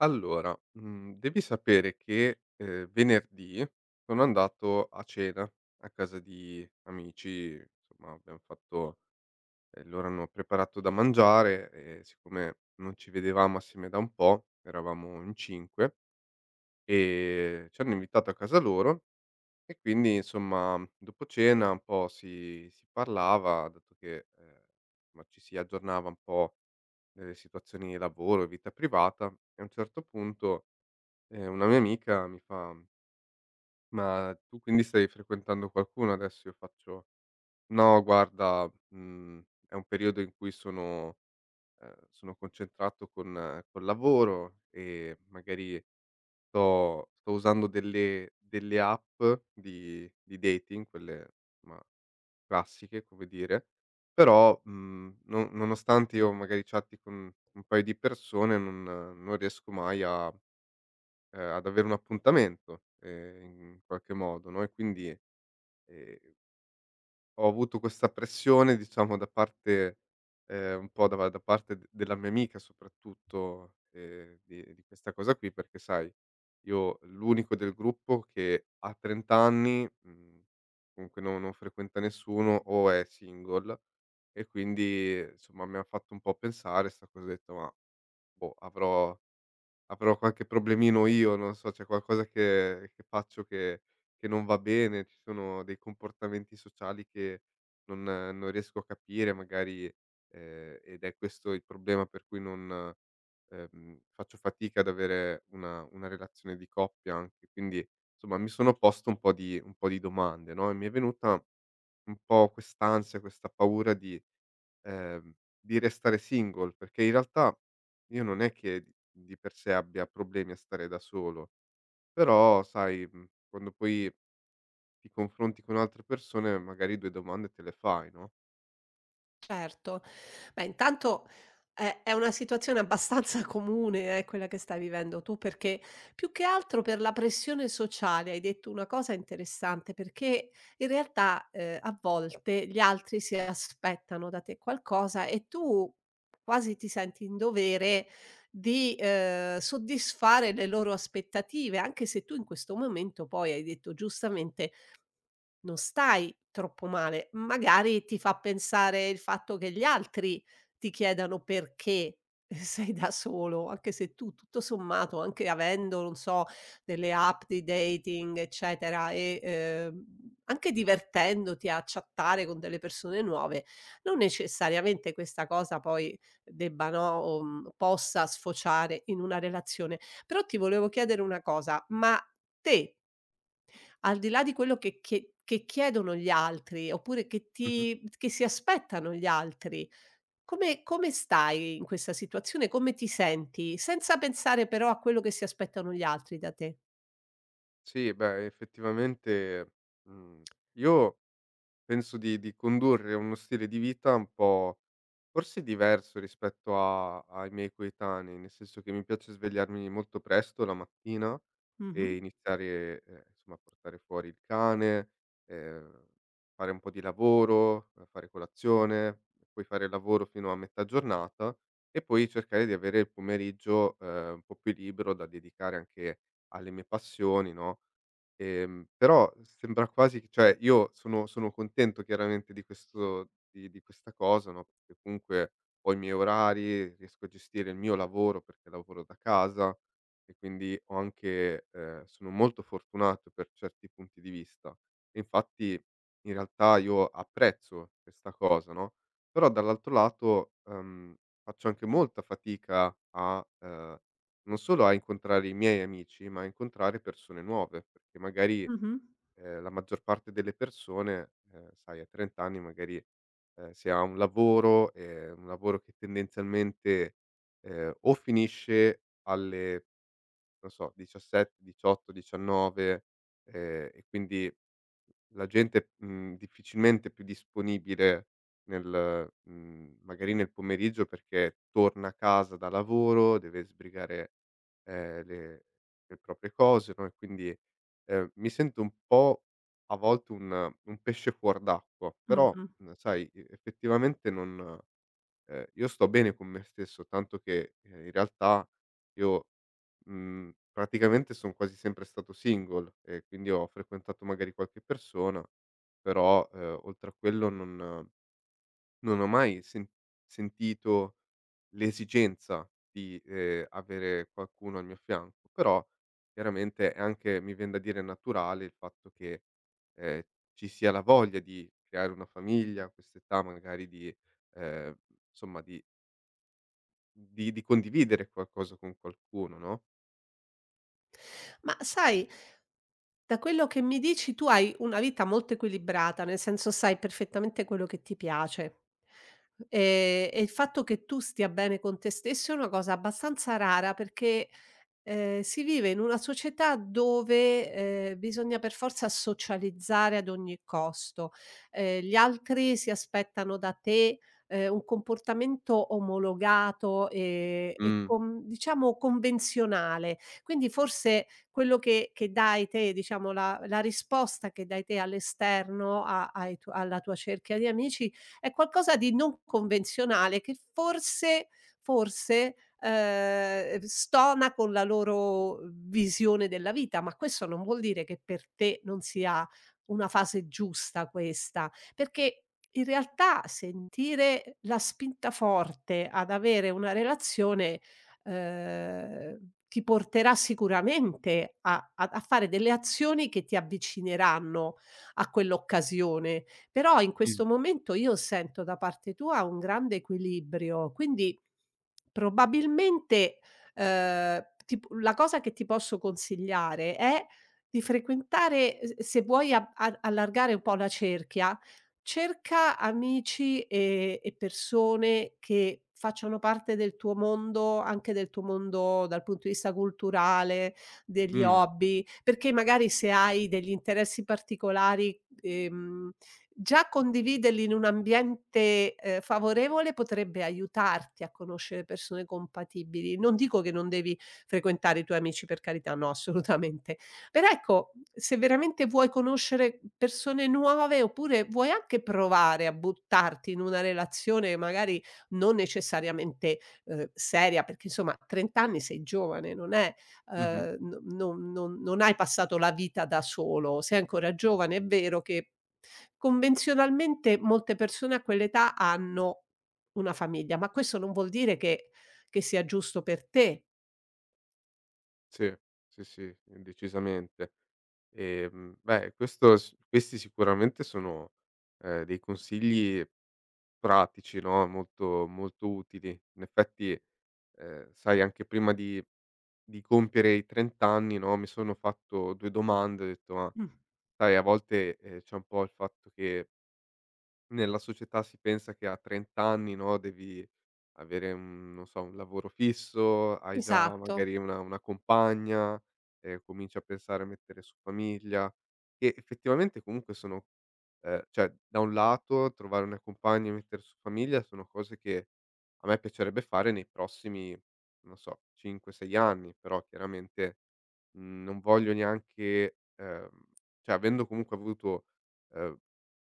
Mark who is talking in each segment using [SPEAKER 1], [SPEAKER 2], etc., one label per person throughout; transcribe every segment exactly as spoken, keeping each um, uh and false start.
[SPEAKER 1] Allora, mhmm, devi sapere che, ehm, venerdì sono andato a cena a casa di amici. Insomma, abbiam fatto ehm, loro hanno preparato da mangiare, e siccome non ci vedevamo assieme da un po', eravamo in cinque. Ehm, ci hanno invitato a casa loro, e quindi insomma dopo cena un po' si si parlava, dato che, ehm, ma ci si aggiornava un po' nelle situazioni lavoro e vita privata. E a un certo punto e una mia amica mi fa: "Ma tu quindi stai frequentando qualcuno adesso?" Io faccio: "No guarda, mhmm, è un periodo in cui sono ehm, sono concentrato con eh, col lavoro, e magari sto sto usando delle delle app di di dating, quelle insomma classiche, come dire, però, mhmm, non nonostante io magari chatti con un paio di persone non non riesco mai a" ehm, ad avere un appuntamento, ehm, in qualche modo, no. E quindi, ehm, ho avuto questa pressione, diciamo, da parte ehm, un po' da da parte d della mia amica soprattutto, ehm, di di questa cosa qui, perché sai io l'unico del gruppo che a trenta anni, mhmm, comunque no non frequenta nessuno o è single. E quindi, insomma, mi ha fatto un po' pensare 'sta cosa. Ho detto: "Ma boh, avrò" avrò qualche problemino io, non so, c'è qualcosa che che faccio che che non va bene, ci sono dei comportamenti sociali che non non riesco a capire magari, ehm, ed è questo il problema per cui non ehm, faccio fatica ad avere una una relazione di coppia anche. Quindi, insomma, mi sono posto un po' di un po' di domande, no, e mi è venuta un po' quest'ansia, questa paura di Ehm, di restare single, perché in realtà io non è che d di per sé abbia problemi a stare da solo, però sai, mhmm, quando poi ti confronti con altre persone magari due domande te le fai, no?
[SPEAKER 2] Certo. Beh, intanto è è una situazione abbastanza comune, eh, quella che stai vivendo tu, perché più che altro per la pressione sociale hai detto una cosa interessante, perché in realtà, ehm, a volte gli altri si aspettano da te qualcosa e tu quasi ti senti in dovere di, ehm, soddisfare le loro aspettative, anche se tu in questo momento poi, hai detto giustamente, non stai troppo male, magari ti fa pensare il fatto che gli altri ti chiedano perché sei da solo, anche se tu tutto sommato, anche avendo, non so, delle app di dating eccetera e, ehm, anche divertendoti a chattare con delle persone nuove, non necessariamente questa cosa poi debba, no, o, mhmm, possa sfociare in una relazione. Però ti volevo chiedere una cosa: ma te al di là di quello che che che chiedono gli altri, oppure che
[SPEAKER 1] Mh-mh.
[SPEAKER 2] ti che si aspettano gli altri, come come stai in questa situazione? Come ti senti? Senza pensare però a quello che si aspettano gli altri da te.
[SPEAKER 1] Sì, beh, effettivamente, mhmm, io penso di di condurre uno stile di vita un po' forse diverso rispetto a ai miei coetanei, nel senso che mi piace svegliarmi molto presto la mattina
[SPEAKER 2] Mh-mh.
[SPEAKER 1] e iniziare, ehm, insomma a portare fuori il cane, ehm, fare un po' di lavoro, ehm, fare colazione, poi fare il lavoro fino a metà giornata e poi cercare di avere il pomeriggio, ehm, un po' più libero da dedicare anche alle mie passioni, no. Ehm, però sembra quasi che, cioè, io sono sono contento chiaramente di questo di di questa cosa, no, perché comunque ho i miei orari, riesco a gestire il mio lavoro perché lavoro da casa, e quindi ho anche ehm, sono molto fortunato per certi punti di vista. E infatti in realtà io apprezzo questa cosa, no, però dall'altro lato, ehm, faccio anche molta fatica a, ehm non solo a incontrare i miei amici, ma a incontrare persone nuove, perché magari,
[SPEAKER 2] Mh-mh.
[SPEAKER 1] ehm, la maggior parte delle persone, ehm, sai a trenta anni magari, ehm, si ha un lavoro, ehm, un lavoro che tendenzialmente, ehm, o finisce alle non so, diciassette, diciotto, diciannove, ehm, e quindi la gente, mhmm, difficilmente è più disponibile nel mhmm, magari nel pomeriggio perché torna a casa da lavoro, deve sbrigare, ehm, le le proprie cose, no. E quindi, ehm, mi sento un po' a volte un un pesce fuor d'acqua, però,
[SPEAKER 2] Mh-mh.
[SPEAKER 1] mhmm, sai, e effettivamente non ehm, io sto bene con me stesso, tanto che, ehm, in realtà io Mhmm, praticamente son quasi sempre stato single, e quindi ho frequentato magari qualche persona, però, ehm, oltre a quello non non ho mai sen sentito l'esigenza di, ehm, avere qualcuno al mio fianco. Però chiaramente è anche, mi vien da dire, naturale il fatto che, ehm, ci sia la voglia di creare una famiglia, a quest'età, magari di ehm, insomma di di di condividere qualcosa con qualcuno, no?
[SPEAKER 2] Ma sai, da quello che mi dici tu hai una vita molto equilibrata, nel senso sai perfettamente quello che ti piace. Ehm, e il fatto che tu stia bene con te stesso è una cosa abbastanza rara perché, Ehm, si vive in una società dove, ehm, bisogna per forza socializzare ad ogni costo. Ehm, gli altri si aspettano da te, ehm, un comportamento omologato e e
[SPEAKER 1] Mh,
[SPEAKER 2] con diciamo convenzionale. Quindi forse quello che che dai te, diciamo la la risposta che dai te all'esterno a ai tu alla tua cerchia di amici, è qualcosa di non convenzionale che forse forse, ehm, stona con la loro visione della vita, ma questo non vuol dire che per te non sia una fase giusta questa, perché in realtà sentire la spinta forte ad avere una relazione, ehm, ti porterà sicuramente a ad a fare delle azioni che ti avvicineranno a quell'occasione. Però in
[SPEAKER 1] mh,
[SPEAKER 2] questo momento io sento da parte tua un grande equilibrio, quindi probabilmente, ehm, ti p la cosa che ti posso consigliare è di frequentare s se vuoi a a allargare un po' la cerchia, cerca amici, ehm, e persone che facciano parte del tuo mondo, anche del tuo mondo dal punto di vista culturale, degli
[SPEAKER 1] mh.
[SPEAKER 2] hobby, perché magari se hai degli interessi particolari, ehm, già condividerli in un ambiente, ehm, favorevole potrebbe aiutarti a conoscere persone compatibili. Non dico che non devi frequentare i tuoi amici, per carità, no, assolutamente. Però ecco, se veramente vuoi conoscere persone nuove, oppure vuoi anche provare a buttarti in una relazione magari non necessariamente, ehm, seria, perché insomma trenta anni sei giovane, non è
[SPEAKER 1] Mh-mh.
[SPEAKER 2] ehm, no non non non hai passato la vita da solo, sei ancora giovane. È vero che convenzionalmente molte persone a quell'età hanno una famiglia, ma questo non vuol dire che che sia giusto per te.
[SPEAKER 1] Sì, sì, sì, decisamente. Ehm, beh, questo s questi sicuramente sono, ehm, dei consigli pratici, no, molto molto utili. In effetti, ehm, sai, anche prima di di compiere i trenta anni, no, mi sono fatto due domande, ho detto: "Ma
[SPEAKER 2] Mh.
[SPEAKER 1] sai, a volte, ehm, c'è un po' il fatto che Nella società si pensa che a trenta anni, no, devi avere un non so, un lavoro fisso, hai già
[SPEAKER 2] Esatto.
[SPEAKER 1] magari una una compagna, ehm, cominci a pensare a mettere su famiglia, che effettivamente comunque sono ehm, cioè da un lato trovare una compagna e mettere su famiglia sono cose che a me piacerebbe fare nei prossimi, non so, cinque, sei anni, però chiaramente, mhmm, non voglio neanche ehm, cioè avendo comunque avuto, ehm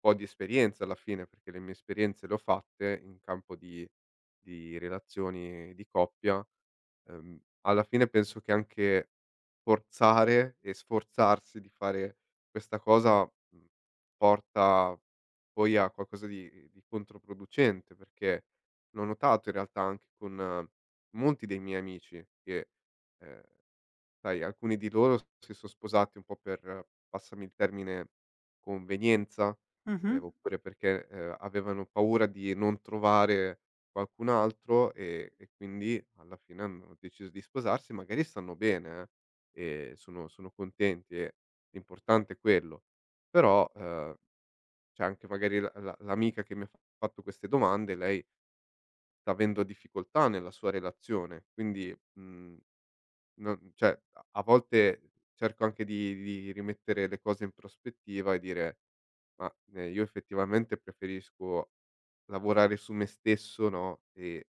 [SPEAKER 1] po' di esperienza alla fine, perché le mie esperienze le ho fatte in campo di di relazioni di coppia, ehm, alla fine penso che anche forzare e sforzarsi di fare questa cosa, mhmm, porta poi a qualcosa di di controproducente, perché l'ho notato in realtà anche con eh, molti dei miei amici che, ehm sai, alcuni di loro si son sposati un po' per, passami il termine, convenienza,
[SPEAKER 2] Mh-mh.
[SPEAKER 1] ehm, oppure perché, ehm, avevano paura di non trovare qualcun altro, e e quindi alla fine hanno deciso di sposarsi, magari stanno bene, eh, e sono sono contenti, e l'importante è quello. Però, ehm, cioè anche magari la la l'amica che mi ha fatto queste domande, lei sta avendo difficoltà nella sua relazione, quindi, mhmm non cioè, a a volte cerco anche di di rimettere le cose in prospettiva e dire: "Ma, ehm, io effettivamente preferisco lavorare su me stesso, no, e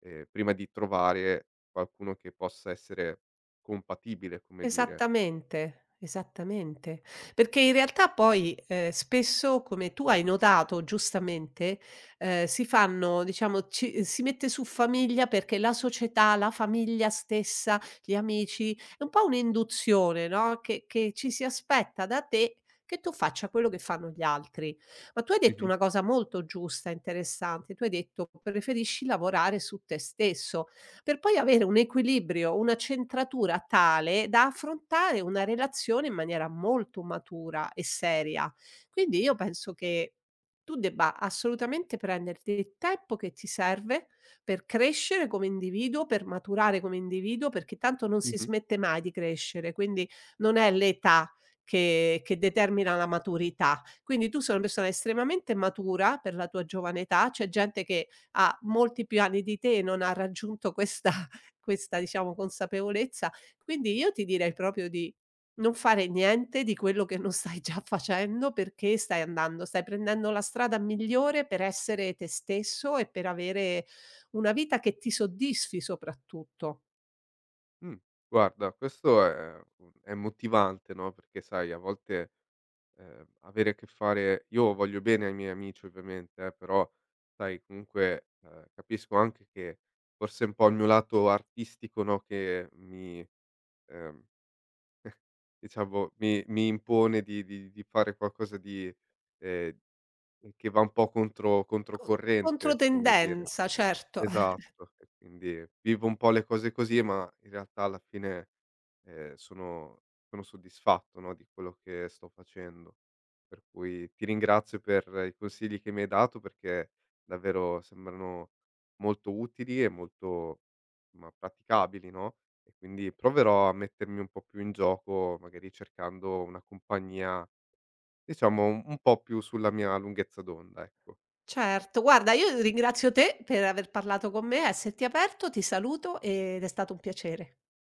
[SPEAKER 1] ehm, prima di trovare qualcuno che possa essere compatibile", come dire.
[SPEAKER 2] Esattamente, esattamente. Perché in realtà poi, ehm, spesso, come tu hai notato giustamente, ehm, si fanno diciamo ci si mette su famiglia perché la società, la famiglia stessa, gli amici è un po' un'induzione, no, che che ci si aspetta da te che tu faccia quello che fanno gli altri. Ma tu hai detto
[SPEAKER 1] Mh-mh.
[SPEAKER 2] una cosa molto giusta, interessante, tu hai detto: "Preferisci lavorare su te stesso." Per poi avere un equilibrio, una centratura tale da affrontare una relazione in maniera molto matura e seria. Quindi io penso che tu debba assolutamente prenderti il tempo che ti serve per crescere come individuo, per maturare come individuo, perché tanto non si
[SPEAKER 1] Mh-mh.
[SPEAKER 2] smette mai di crescere, quindi non è l'età che che determina la maturità. Quindi tu sei una persona estremamente matura per la tua giovane età, c'è gente che ha molti più anni di te, non ha raggiunto questa questa diciamo consapevolezza. Quindi io ti direi proprio di non fare niente di quello che non stai già facendo, perché stai andando stai prendendo la strada migliore per essere te stesso e per avere una vita che ti soddisfi soprattutto.
[SPEAKER 1] Mh. Guarda, questo è è motivante, no, perché sai a volte ehm, avere a che fare, io voglio bene ai miei amici ovviamente, eh, però sai comunque, ehm, capisco anche che forse è un po' il mio lato artistico, no, che mi ehm, diciamo mi mi impone di di di fare qualcosa di ehm, che va un po' contro
[SPEAKER 2] Co
[SPEAKER 1] controcorrente, come dire.
[SPEAKER 2] controtendenza, certo, eh,
[SPEAKER 1] Esatto, e quindi vivo un po' le cose così, ma in realtà alla fine, ehm, sono sono soddisfatto, no, di quello che sto facendo. Per cui ti ringrazio per i consigli che mi hai dato, perché davvero sembrano molto utili e molto, ma praticabili, no, e quindi proverò a mettermi un po' più in gioco, magari cercando una compagnia, diciamo un un po' più sulla mia lunghezza d'onda, ecco.
[SPEAKER 2] certo. Guarda, io ringrazio te per aver parlato con me, esserti aperto, ti saluto ed è stato un piacere.